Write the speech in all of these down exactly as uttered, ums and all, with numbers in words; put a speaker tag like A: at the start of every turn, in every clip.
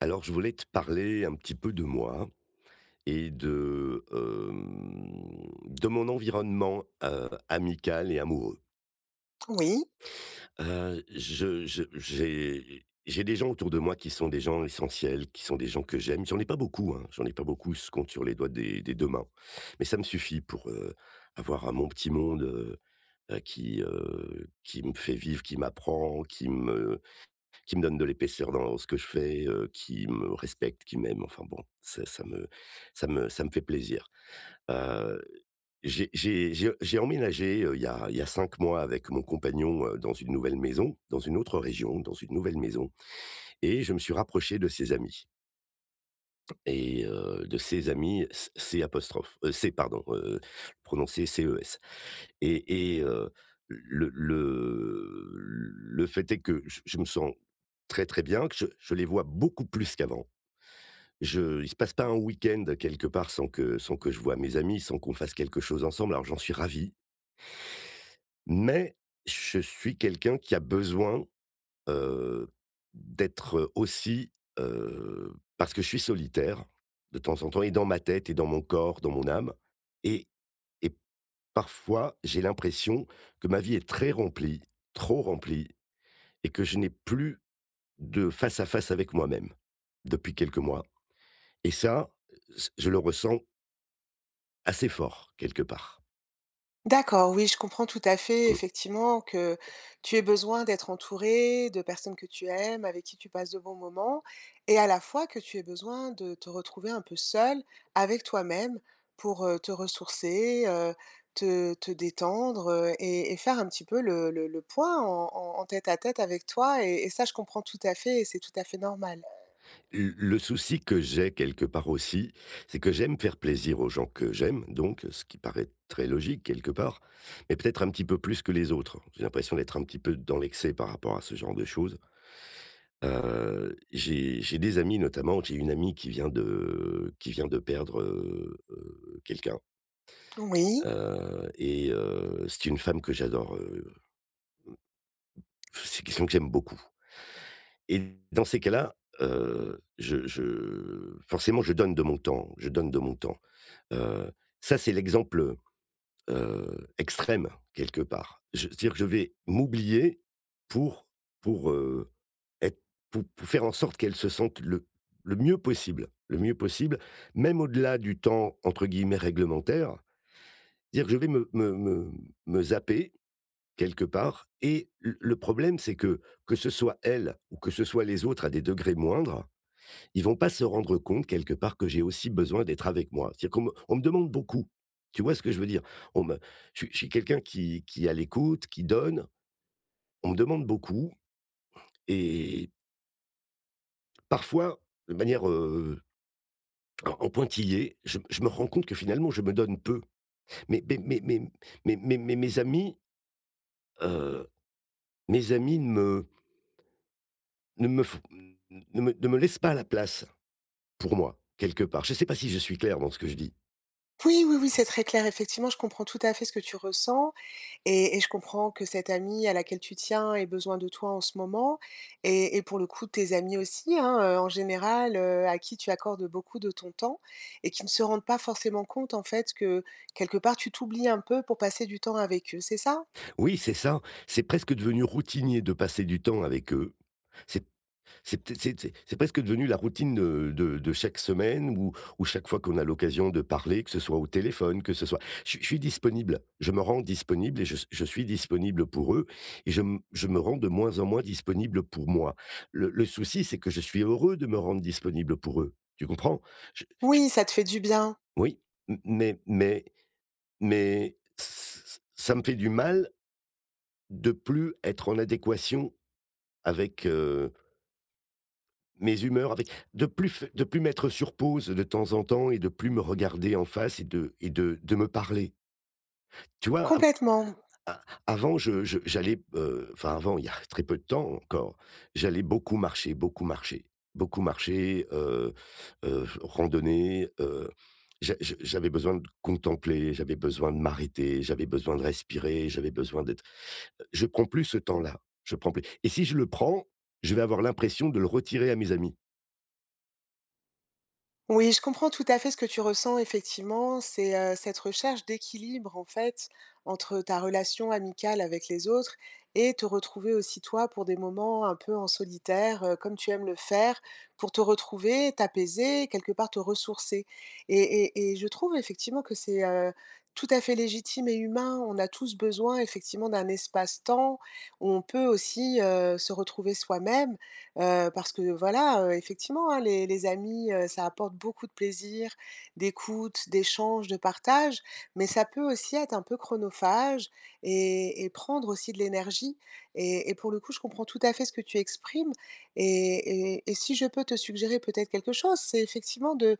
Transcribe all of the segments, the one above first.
A: Alors, je voulais te parler un petit peu de moi et de, hem, de mon environnement, heu, amical et amoureux.
B: Oui,
A: Heu, je je j'ai j'ai des gens autour de moi qui sont des gens essentiels, qui sont des gens que j'aime. J'en ai pas beaucoup, hein, j'en ai pas beaucoup, je compte sur les doigts des des deux mains. Mais ça me suffit pour, heu, avoir un mon petit monde, heu heu, qui, heu, qui me fait vivre, qui m'apprend, qui me qui me donne de l'épaisseur dans ce que je fais, heu, qui me respecte, qui m'aime, enfin bon, ça ça me ça me ça me fait plaisir. Heu, j'ai j'ai j'ai j'ai emménagé, heu, il y a il y a cinq mois avec mon compagnon, heu, dans une nouvelle maison, dans une autre région, dans une nouvelle maison et je me suis rapproché de ses amis et heu, de ses amis, C apostrophe, heu, C pardon, heu, prononcé C E s et et heu, le le le fait est que je je me sens très, très bien, que je je les vois beaucoup plus qu'avant. Je il se passe pas un week-end quelque part sans que sans que je vois mes amis, sans qu'on fasse quelque chose ensemble, alors j'en suis ravi. Mais je suis quelqu'un qui a besoin, heu, d'être, aussi, heu, parce que je suis solitaire de temps en temps et dans ma tête et dans mon corps, dans mon âme et et parfois, j'ai l'impression que ma vie est très remplie, trop remplie, et que je n'ai plus de face à face avec moi-même depuis quelques mois. Et ça, s- je le ressens assez fort quelque part.
B: d'accord, oui, je comprends tout à fait,
A: Mm.
B: effectivement, que tu aies besoin d'être entouré de personnes que tu aimes, avec qui tu passes de bons moments, et à la fois que tu aies besoin de te retrouver un peu seul avec toi-même pour euh, te ressourcer, euh, te, te détendre euh, et, et faire un petit peu le, le- le point en, en- en tête à tête avec toi. Et, et ça, je comprends tout à fait, et c'est tout à fait normal.
A: Le le souci que j'ai quelque part aussi, c'est que j'aime faire plaisir aux gens que j'aime, donc ce qui paraît très logique quelque part, mais peut-être un petit peu plus que les autres. J'ai l'impression d'être un petit peu dans l'excès par rapport à ce genre de choses. Heu, j'ai j'ai des amis, notamment j'ai une amie qui vient de qui vient de perdre, heu heu, quelqu'un.
B: Oui,
A: Heu et heu, c'est une femme que j'adore, heu, c'est quelqu'un que j'aime beaucoup et dans ces cas-là, heu, je je forcément je donne de mon temps, je donne de mon temps. Heu, Ça c'est l'exemple heu, extrême quelque part. Je C'est-à-dire que je vais m'oublier pour pour, heu, être pou pour faire en sorte qu'elle se sente le le mieux possible le mieux possible, même au-delà du temps entre guillemets «réglementaire». C'est-à-dire que je vais me me me me zapper quelque part, et le le problème c'est que, que ce soit elle ou que ce soit les autres à des degrés moindres, ils vont pas se rendre compte quelque part que j'ai aussi besoin d'être avec moi. C'est-à-dire qu'on me on me demande beaucoup. Tu vois ce que je veux dire? On me je suis je suis quelqu'un qui qui est à l'écoute, qui donne. On me demande beaucoup et parfois, de manière, heu, en en pointillé, je je me rends compte que finalement je me donne peu. Mais mais mais mais mais mais mais mes amis, heu, mes amis ne me ne me f ne me ne me laissent pas la place pour moi, quelque part. Je ne sais pas si je suis clair dans ce que je dis.
B: oui, oui, oui, c'est très clair, effectivement, je comprends tout à fait ce que tu ressens. Et et je comprends que cette amie à laquelle tu tiens ait besoin de toi en ce moment et et pour le coup tes amis aussi, hein, heu, en général, heu, à qui tu accordes beaucoup de ton temps et qui ne se rendent pas forcément compte en fait que, quelque part, tu t'oublies un peu pour passer du temps avec eux, c'est ça?
A: Oui, c'est ça. C'est presque devenu routinier de passer du temps avec eux. C'est c'est peut-être c'est c'est c'est presque devenu la routine de de de chaque semaine ou ou chaque fois qu'on a l'occasion de parler, que ce soit au téléphone, que ce soit je suis je suis disponible. Je me rends disponible et je je suis disponible pour eux et je m je me rends de moins en moins disponible pour moi. Le le souci, c'est que je suis heureux de me rendre disponible pour eux. Tu comprends? Je
B: Oui, ça te fait du bien,
A: Oui, m mais mais mais ç ça me fait du mal de plus être en adéquation avec, heu, mes humeurs, avec de plus f de plus mettre sur pause de temps en temps et de plus me regarder en face et de et de de me parler. Tu vois? Av
B: complètement.
A: a avant je je j'allais, heu, enfin avant, il y a très peu de temps encore, j'allais beaucoup marcher, beaucoup marcher, beaucoup marcher, heu heu, randonner, heu, j'a je j'avais besoin de contempler, j'avais besoin de m'arrêter, j'avais besoin de respirer, j'avais besoin d'être. Je prends plus ce temps-là, je prends plus, et si je le prends, je vais avoir l'impression de le retirer à mes amis.
B: Oui, je comprends tout à fait ce que tu ressens effectivement, c'est, heu, cette recherche d'équilibre en fait entre ta relation amicale avec les autres et te retrouver aussi toi pour des moments un peu en solitaire, heu, comme tu aimes le faire, pour te retrouver, t'apaiser, quelque part te ressourcer et et et je trouve effectivement que c'est, heu, tout à fait légitime et humain. On a tous besoin effectivement d'un espace-temps où on peut aussi, heu, se retrouver soi-même. Heu, parce que voilà, heu, effectivement, hein, les les amis, heu, ça apporte beaucoup de plaisir, d'écoute, d'échange, de partage, mais ça peut aussi être un peu chronophage et et prendre aussi de l'énergie et et pour le coup, je comprends tout à fait ce que tu exprimes et et et si je peux te suggérer peut-être quelque chose, c'est effectivement de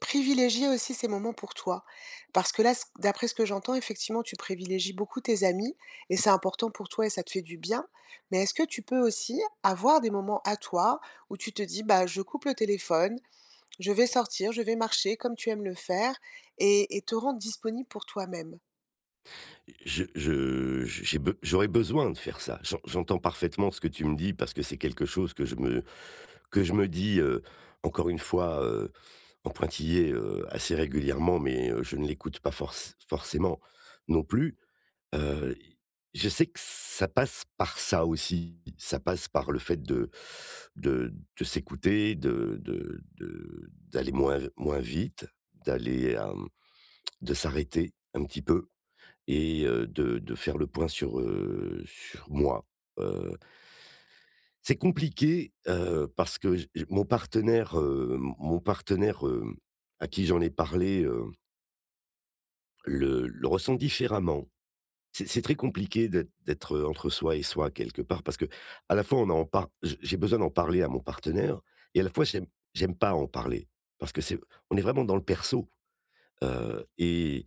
B: privilégier aussi ces moments pour toi, parce que là, c d'après ce que j'entends, effectivement, tu privilégies beaucoup tes amis et c'est important pour toi et ça te fait du bien. Mais est-ce que tu peux aussi avoir des moments à toi où tu te dis: «Bah, je coupe le téléphone, je vais sortir, je vais marcher», comme tu aimes le faire et et te rendre disponible pour toi-même?
A: Je je j'ai be j'aurais besoin de faire ça. J'en j'entends parfaitement ce que tu me dis parce que c'est quelque chose que je me que je me dis, heu, encore une fois, heu, en pointillé, heu, assez régulièrement, mais heu, je ne l'écoute pas forc forcément non plus. Heu, je sais que ça passe par ça aussi. Ça passe par le fait de de de s'écouter, de de de d'aller moins moins vite, d'aller, hem, de s'arrêter un petit peu et heu, de de faire le point sur, heu, sur moi. Heu, c'est compliqué, heu, parce que j j mon partenaire, heu, mon partenaire, hem, à qui j'en ai parlé, heu, le le ressent différemment. C'est c'est très compliqué d'être d'être, entre soi et soi quelque part, parce que à la fois on a en par j j'ai besoin d'en parler à mon partenaire et à la fois j'aime j'aime pas en parler parce que c'est on est vraiment dans le perso. heu et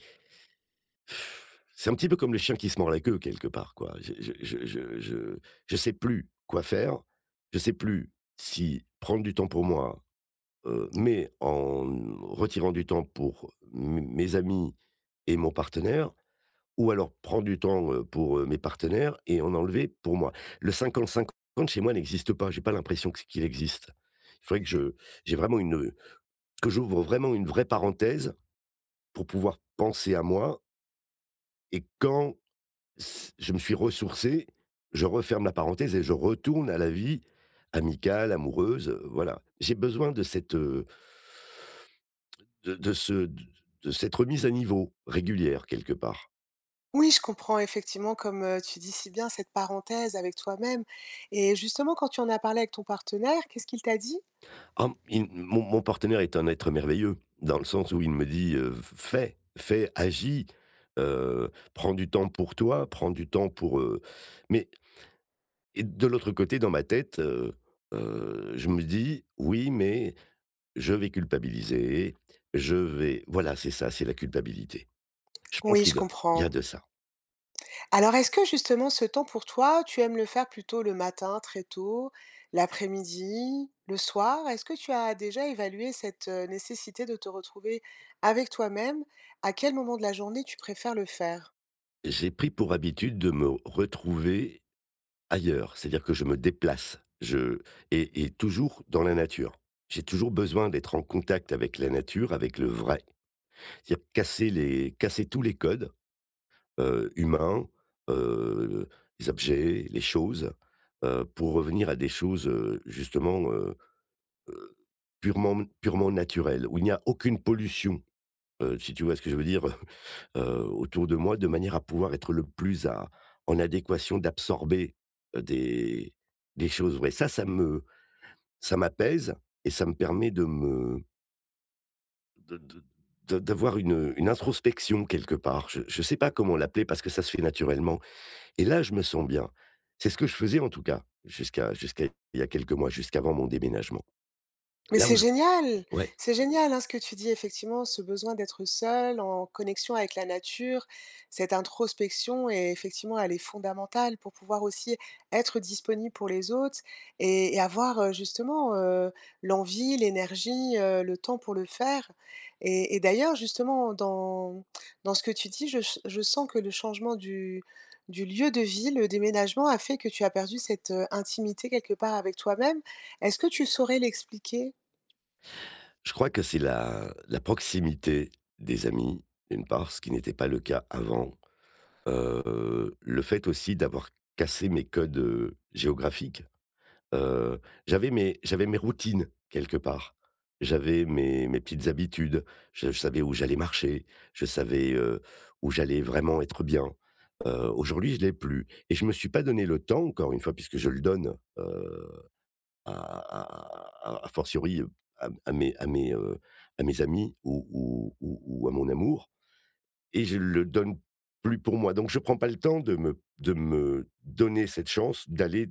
A: C'est un petit peu comme le chien qui se mord la queue quelque part, quoi. Je je je je je je sais plus quoi faire. Je sais plus si prendre du temps pour moi, heu, mais en retirant du temps pour mes mes amis et mon partenaire, ou alors prendre du temps, heu, pour, heu, mes partenaires et en enlever pour moi. Le cinquante-cinquante chez moi n'existe pas, j'ai pas l'impression que c qu'il existe. Il faudrait que je j'ai vraiment une, heu, que j'ouvre vraiment une vraie parenthèse pour pouvoir penser à moi et quand, S je me suis ressourcé, je referme la parenthèse et je retourne à la vie amicale, amoureuse, heu, voilà. J'ai besoin de cette, heu, de de ce de cette remise à niveau régulière quelque part.
B: Oui, je comprends effectivement, comme, heu, tu dis si bien, cette parenthèse avec toi-même et justement, quand tu en as parlé avec ton partenaire, qu'est-ce qu'il t'a dit?
A: Ah, il mon mon partenaire est un être merveilleux dans le sens où il me dit, heu: «Fais, fais, agis, heu, prends du temps pour toi, prends du temps pour, heu» mais, et de l'autre côté dans ma tête, heu heu, je me dis: «Oui, mais.» Je vais culpabiliser, je vais voilà, c'est ça, c'est la culpabilité. Je pense
B: Oui,
A: qu'il
B: je
A: doit, il y a
B: comprends.
A: de ça.
B: Alors, est-ce que justement ce temps pour toi, tu aimes le faire plutôt le matin, très tôt, l'après-midi, le soir? Est-ce que tu as déjà évalué cette euh, nécessité de te retrouver avec toi-même? À quel moment de la journée tu préfères le faire?
A: J'ai pris pour habitude de me retrouver ailleurs, c'est-à-dire que je me déplace, je et et toujours dans la nature. J'ai toujours besoin d'être en contact avec la nature, avec le vrai, c'est-à-dire casser les casser tous les codes, heu, humains, heu, les objets, les choses, heu, pour revenir à des choses, heu, justement, heu heu, purement purement naturelles, où il n'y a aucune pollution, heu, si tu vois ce que je veux dire? Heu, autour de moi, de manière à pouvoir être le plus à en adéquation, d'absorber, heu, des des choses vraies. Ça, ça me ça m'apaise et ça me permet de me de de de d'avoir une, une introspection quelque part. Je je sais pas comment l'appeler parce que ça se fait naturellement. Et là, je me sens bien. C'est ce que je faisais, en tout cas, jusqu'à jusqu'à il y a quelques mois, jusqu'avant mon déménagement.
B: Mais
A: Là où
B: c'est
A: je
B: génial!
A: Ouais,
B: C'est génial, hein, ce que tu dis, effectivement, ce besoin d'être seul, en connexion avec la nature, cette introspection et effectivement, elle est fondamentale pour pouvoir aussi être disponible pour les autres et et avoir, heu, justement, heu, l'envie, l'énergie, heu, le temps pour le faire et et d'ailleurs, justement, dans dans ce que tu dis, je je sens que le changement du du lieu de vie, le déménagement a fait que tu as perdu cette, heu, intimité quelque part avec toi-même. Est-ce que tu saurais l'expliquer?
A: je crois que c'est la la proximité des amis, d'une part, ce qui n'était pas le cas avant. Heu, le fait aussi d'avoir cassé mes codes, heu, géographiques. Heu, j'avais mes j'avais mes routines quelque part. J'avais mes mes petites habitudes. Je je savais où j'allais marcher, je savais, heu, où j'allais vraiment être bien. Heu, aujourd'hui, je l'ai plus et je me suis pas donné le temps, encore une fois, puisque je le donne, heu, à à à à fortiori, heu, à à mes à mes, heu, à mes amis ou ou ou ou à mon amour, et je le donne plus pour moi. Donc je prends pas le temps de me de me donner cette chance d'aller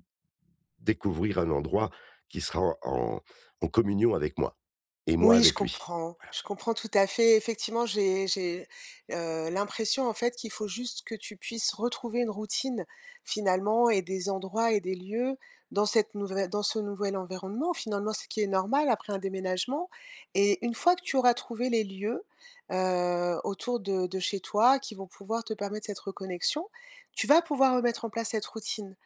A: découvrir un endroit qui sera en en en communion avec moi, et moi
B: Oui, je
A: avec lui.
B: comprends.
A: Voilà.
B: Je comprends tout à fait. Effectivement, j'ai j'ai, heu, l'impression, en fait, qu'il faut juste que tu puisses retrouver une routine, finalement et des endroits et des lieux dans cette nouvelle, dans ce nouvel environnement, finalement, ce qui est normal après un déménagement et une fois que tu auras trouvé les lieux, heu, autour de de chez toi qui vont pouvoir te permettre cette reconnexion, tu vas pouvoir remettre en place cette routine.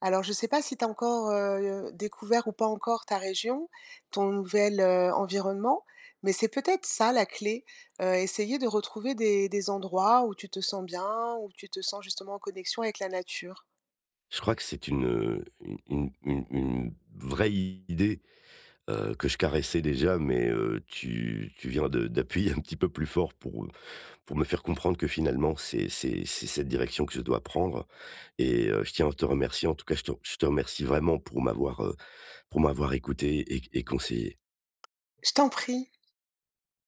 B: Alors, je ne sais pas si tu as encore, heu, découvert ou pas encore ta région, ton nouvel, heu, environnement, mais c'est peut-être ça la clé, heu, essayer de retrouver des des endroits où tu te sens bien, où tu te sens justement en connexion avec la nature.
A: Je crois que c'est une, heu, une une une une vraie idée, heu, que je caressais déjà, mais, heu, tu tu viens de d'appuyer un petit peu plus fort pour, pour me faire comprendre que finalement c'est c'est c'est cette direction que je dois prendre, et heu, je tiens à te remercier. En tout cas, je te je te remercie vraiment pour m'avoir, heu, pour m'avoir écouté et et conseillé.
B: Je t'en prie.